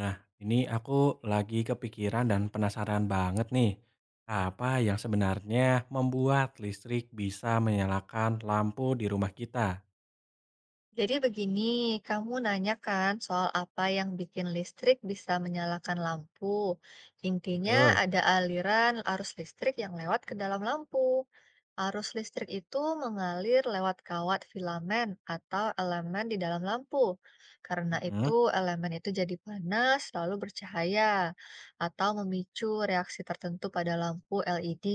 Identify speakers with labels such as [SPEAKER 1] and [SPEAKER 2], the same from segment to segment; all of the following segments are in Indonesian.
[SPEAKER 1] Nah, ini aku lagi kepikiran dan penasaran banget nih, apa yang sebenarnya membuat listrik bisa menyalakan lampu di rumah kita?
[SPEAKER 2] Jadi begini, kamu nanya kan soal apa yang bikin listrik bisa menyalakan lampu. Intinya
[SPEAKER 1] Betul.
[SPEAKER 2] ada aliran arus listrik yang lewat ke dalam lampu. Arus listrik itu mengalir lewat kawat filamen atau elemen di dalam lampu. Karena itu
[SPEAKER 1] Mm-mm.
[SPEAKER 2] elemen itu jadi panas lalu bercahaya atau memicu reaksi tertentu pada lampu LED.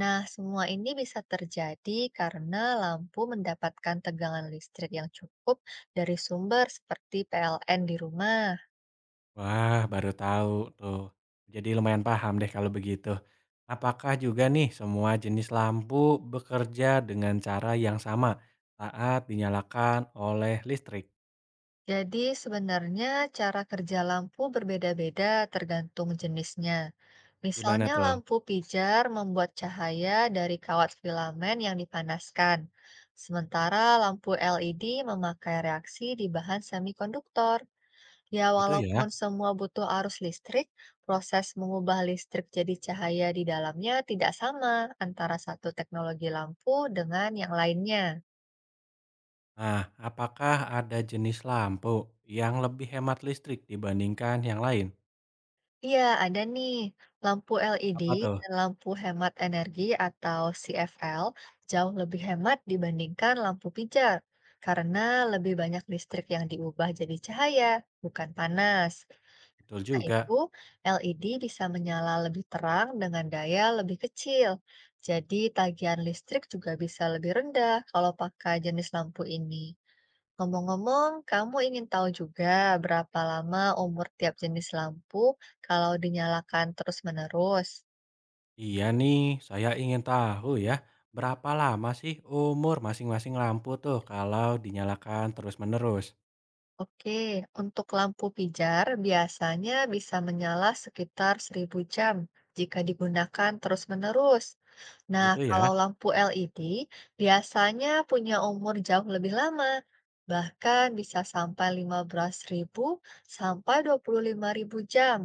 [SPEAKER 2] Nah, semua ini bisa terjadi karena lampu mendapatkan tegangan listrik yang cukup dari sumber seperti PLN di rumah.
[SPEAKER 1] Wah, baru tahu tuh. Jadi lumayan paham deh kalau begitu. Apakah juga nih semua jenis lampu bekerja dengan cara yang sama saat dinyalakan oleh listrik?
[SPEAKER 2] Jadi, sebenarnya cara kerja lampu berbeda-beda tergantung jenisnya.
[SPEAKER 1] Gimana
[SPEAKER 2] Misalnya,
[SPEAKER 1] tuh?
[SPEAKER 2] lampu pijar membuat cahaya dari kawat filamen yang dipanaskan, sementara lampu LED memakai reaksi di bahan semikonduktor. Ya,
[SPEAKER 1] Gitu ya?
[SPEAKER 2] walaupun semua butuh arus listrik, proses mengubah listrik jadi cahaya di dalamnya tidak sama antara satu teknologi lampu dengan yang lainnya.
[SPEAKER 1] Nah, apakah ada jenis lampu yang lebih hemat listrik dibandingkan yang lain?
[SPEAKER 2] Iya, ada nih. Lampu LED
[SPEAKER 1] Apa tuh?
[SPEAKER 2] dan lampu hemat energi atau CFL jauh lebih hemat dibandingkan lampu pijar karena lebih banyak listrik yang diubah jadi cahaya, bukan panas.
[SPEAKER 1] Betul
[SPEAKER 2] Karena itu
[SPEAKER 1] juga.
[SPEAKER 2] LED bisa menyala lebih terang dengan daya lebih kecil. Jadi, tagihan listrik juga bisa lebih rendah kalau pakai jenis lampu ini. Ngomong-ngomong, kamu ingin tahu juga berapa lama umur tiap jenis lampu kalau dinyalakan terus-menerus?
[SPEAKER 1] Iya nih, saya ingin tahu ya, berapa lama sih umur masing-masing lampu tuh kalau dinyalakan terus-menerus?
[SPEAKER 2] Oke, untuk lampu pijar biasanya bisa menyala sekitar 1.000 jam jika digunakan terus-menerus. Nah,
[SPEAKER 1] Gitu ya.
[SPEAKER 2] kalau lampu LED biasanya punya umur jauh lebih lama, bahkan bisa sampai 15.000 sampai 25.000 jam.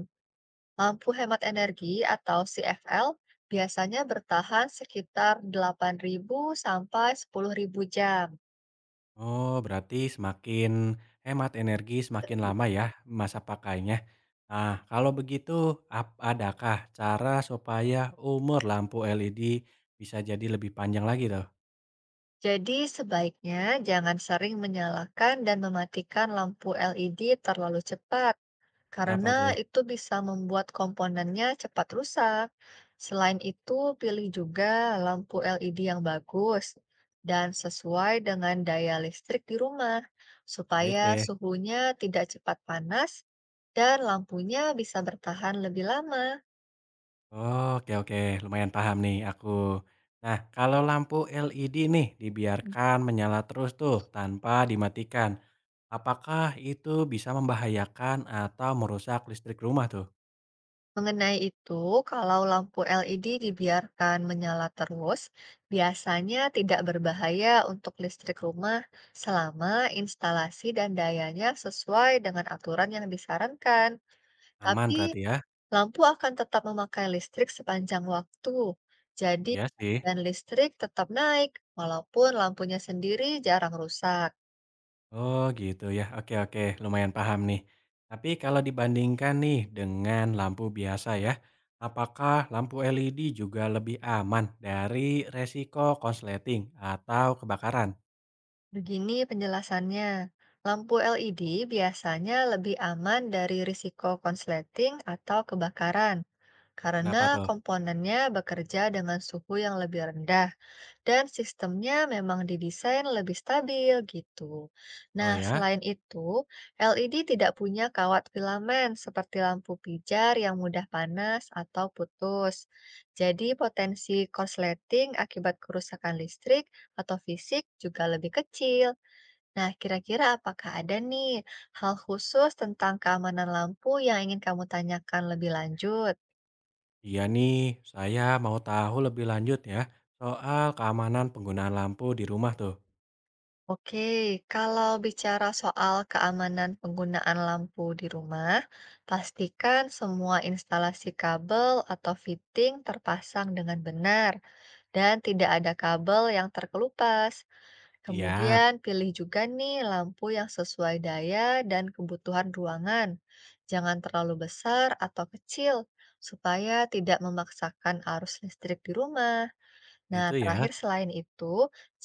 [SPEAKER 2] Lampu hemat energi atau CFL biasanya bertahan sekitar 8.000 sampai 10.000 jam.
[SPEAKER 1] Oh, berarti semakin hemat energi semakin lama ya masa pakainya. Nah, kalau begitu, adakah cara supaya umur lampu LED bisa jadi lebih panjang lagi tuh?
[SPEAKER 2] Jadi sebaiknya jangan sering menyalakan dan mematikan lampu LED terlalu cepat,
[SPEAKER 1] Kenapa
[SPEAKER 2] karena
[SPEAKER 1] tuh?
[SPEAKER 2] itu bisa membuat komponennya cepat rusak. Selain itu, pilih juga lampu LED yang bagus dan sesuai dengan daya listrik di rumah,
[SPEAKER 1] Baik
[SPEAKER 2] supaya
[SPEAKER 1] deh.
[SPEAKER 2] suhunya tidak cepat panas dan lampunya bisa bertahan lebih lama.
[SPEAKER 1] Oke oke, lumayan paham nih aku. Nah, kalau lampu LED nih dibiarkan menyala terus tuh tanpa dimatikan, apakah itu bisa membahayakan atau merusak listrik rumah tuh?
[SPEAKER 2] Mengenai itu, kalau lampu LED dibiarkan menyala terus, biasanya tidak berbahaya untuk listrik rumah selama instalasi dan dayanya sesuai dengan aturan yang disarankan. Tapi
[SPEAKER 1] Aman berarti ya?
[SPEAKER 2] lampu akan tetap memakai listrik sepanjang waktu. Jadi,
[SPEAKER 1] Iya sih.
[SPEAKER 2] dan listrik tetap naik walaupun lampunya sendiri jarang rusak.
[SPEAKER 1] Oh gitu ya, oke oke, lumayan paham nih. Tapi kalau dibandingkan nih dengan lampu biasa ya, apakah lampu LED juga lebih aman dari resiko konsleting atau kebakaran?
[SPEAKER 2] Begini penjelasannya, lampu LED biasanya lebih aman dari risiko konsleting atau kebakaran karena
[SPEAKER 1] Kenapa tuh?
[SPEAKER 2] komponennya bekerja dengan suhu yang lebih rendah dan sistemnya memang didesain lebih stabil gitu.
[SPEAKER 1] Oh
[SPEAKER 2] Nah,
[SPEAKER 1] ya?
[SPEAKER 2] selain itu, LED tidak punya kawat filamen seperti lampu pijar yang mudah panas atau putus. Jadi, potensi korsleting akibat kerusakan listrik atau fisik juga lebih kecil. Nah, kira-kira apakah ada nih hal khusus tentang keamanan lampu yang ingin kamu tanyakan lebih lanjut?
[SPEAKER 1] Iya nih, saya mau tahu lebih lanjut ya soal keamanan penggunaan lampu di rumah tuh.
[SPEAKER 2] Oke, kalau bicara soal keamanan penggunaan lampu di rumah, pastikan semua instalasi kabel atau fitting terpasang dengan benar dan tidak ada kabel yang terkelupas.
[SPEAKER 1] Siap,
[SPEAKER 2] Kemudian pilih juga nih lampu yang sesuai daya dan kebutuhan ruangan. Jangan terlalu besar atau kecil supaya tidak memaksakan arus listrik di rumah. Nah,
[SPEAKER 1] gitu ya.
[SPEAKER 2] terakhir selain itu,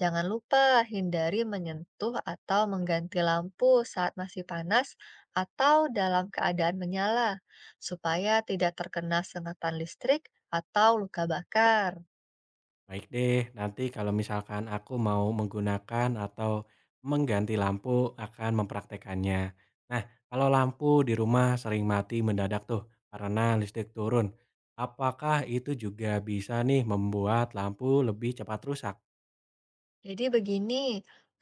[SPEAKER 2] jangan lupa hindari menyentuh atau mengganti lampu saat masih panas atau dalam keadaan menyala supaya tidak terkena sengatan listrik atau luka bakar.
[SPEAKER 1] Baik deh, nanti kalau misalkan aku mau menggunakan atau mengganti lampu akan mempraktekannya. Nah, kalau lampu di rumah sering mati mendadak tuh karena listrik turun, apakah itu juga bisa nih membuat lampu lebih cepat rusak?
[SPEAKER 2] Jadi begini,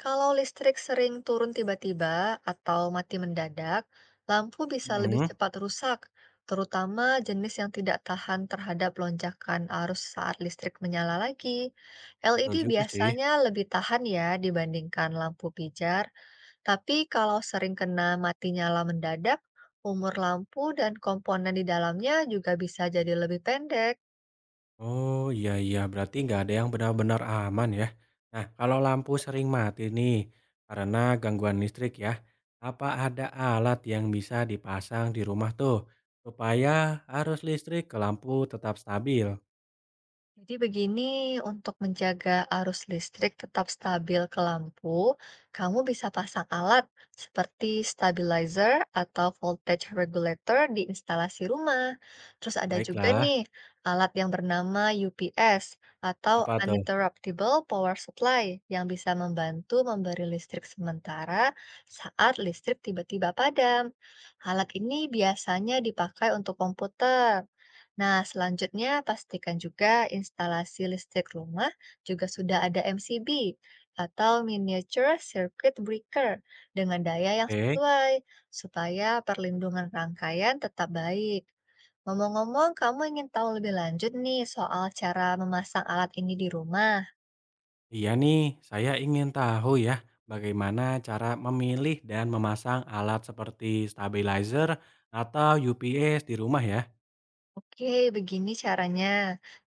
[SPEAKER 2] kalau listrik sering turun tiba-tiba atau mati mendadak, lampu bisa lebih
[SPEAKER 1] Hmm,
[SPEAKER 2] cepat rusak, terutama jenis yang tidak tahan terhadap lonjakan arus saat listrik menyala lagi. LED
[SPEAKER 1] betul juga sih.
[SPEAKER 2] biasanya lebih tahan ya dibandingkan lampu pijar, tapi kalau sering kena mati nyala mendadak, umur lampu dan komponen di dalamnya juga bisa jadi lebih pendek.
[SPEAKER 1] Oh, iya iya, berarti nggak ada yang benar-benar aman ya. Nah, kalau lampu sering mati nih karena gangguan listrik ya, apa ada alat yang bisa dipasang di rumah tuh supaya arus listrik ke lampu tetap stabil?
[SPEAKER 2] Jadi begini, untuk menjaga arus listrik tetap stabil ke lampu, kamu bisa pasang alat seperti stabilizer atau voltage regulator di instalasi rumah. Terus ada juga
[SPEAKER 1] Baiklah,
[SPEAKER 2] nih alat yang bernama UPS atau
[SPEAKER 1] apa tuh?
[SPEAKER 2] Uninterruptible Power Supply yang bisa membantu memberi listrik sementara saat listrik tiba-tiba padam. Alat ini biasanya dipakai untuk komputer. Nah, selanjutnya pastikan juga instalasi listrik rumah juga sudah ada MCB atau miniature circuit breaker dengan daya yang
[SPEAKER 1] Oke,
[SPEAKER 2] sesuai supaya perlindungan rangkaian tetap baik. Ngomong-ngomong, kamu ingin tahu lebih lanjut nih soal cara memasang alat ini di rumah?
[SPEAKER 1] iya nih, saya ingin tahu ya bagaimana cara memilih dan memasang alat seperti stabilizer atau UPS di rumah ya.
[SPEAKER 2] Oke, begini caranya.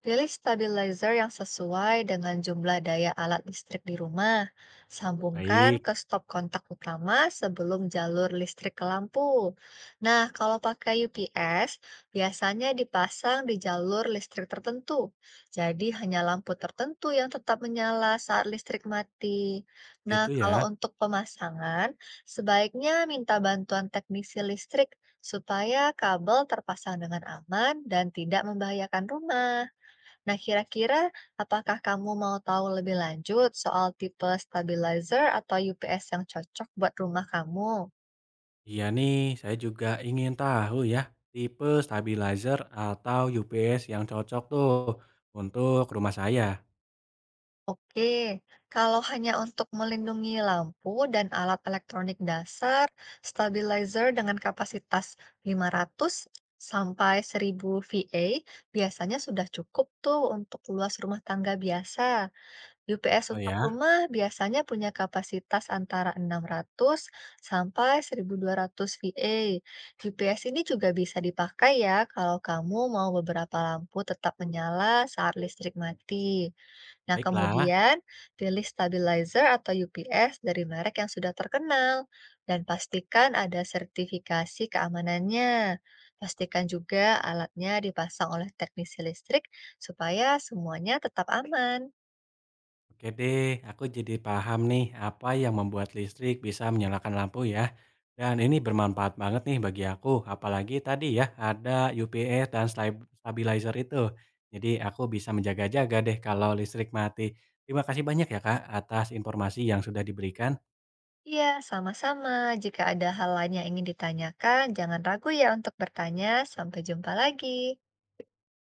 [SPEAKER 2] Pilih stabilizer yang sesuai dengan jumlah daya alat listrik di rumah. Sambungkan
[SPEAKER 1] Baik,
[SPEAKER 2] ke stop kontak utama sebelum jalur listrik ke lampu. Nah, kalau pakai UPS, biasanya dipasang di jalur listrik tertentu. Jadi, hanya lampu tertentu yang tetap menyala saat listrik mati. Nah,
[SPEAKER 1] itu
[SPEAKER 2] kalau
[SPEAKER 1] ya.
[SPEAKER 2] untuk pemasangan, sebaiknya minta bantuan teknisi listrik supaya kabel terpasang dengan aman dan tidak membahayakan rumah. Nah, kira-kira apakah kamu mau tahu lebih lanjut soal tipe stabilizer atau UPS yang cocok buat rumah kamu?
[SPEAKER 1] Iya nih, saya juga ingin tahu ya, tipe stabilizer atau UPS yang cocok tuh untuk rumah saya.
[SPEAKER 2] Oke, kalau hanya untuk melindungi lampu dan alat elektronik dasar, stabilizer dengan kapasitas 500 sampai 1.000 VA biasanya sudah cukup tuh untuk luas rumah tangga biasa. UPS
[SPEAKER 1] Oh
[SPEAKER 2] untuk
[SPEAKER 1] ya,
[SPEAKER 2] rumah biasanya punya kapasitas antara 600 sampai 1.200 VA. UPS ini juga bisa dipakai ya kalau kamu mau beberapa lampu tetap menyala saat listrik mati. Nah,
[SPEAKER 1] baiklah.
[SPEAKER 2] kemudian pilih stabilizer atau UPS dari merek yang sudah terkenal dan pastikan ada sertifikasi keamanannya. Pastikan juga alatnya dipasang oleh teknisi listrik supaya semuanya tetap aman.
[SPEAKER 1] Oke deh, aku jadi paham nih apa yang membuat listrik bisa menyalakan lampu ya. Dan ini bermanfaat banget nih bagi aku, apalagi tadi ya ada UPS dan stabilizer itu. Jadi aku bisa menjaga-jaga deh kalau listrik mati. Terima kasih banyak ya Kak atas informasi yang sudah diberikan.
[SPEAKER 2] Iya, sama-sama. Jika ada hal lain yang ingin ditanyakan, jangan ragu ya untuk bertanya. Sampai jumpa lagi.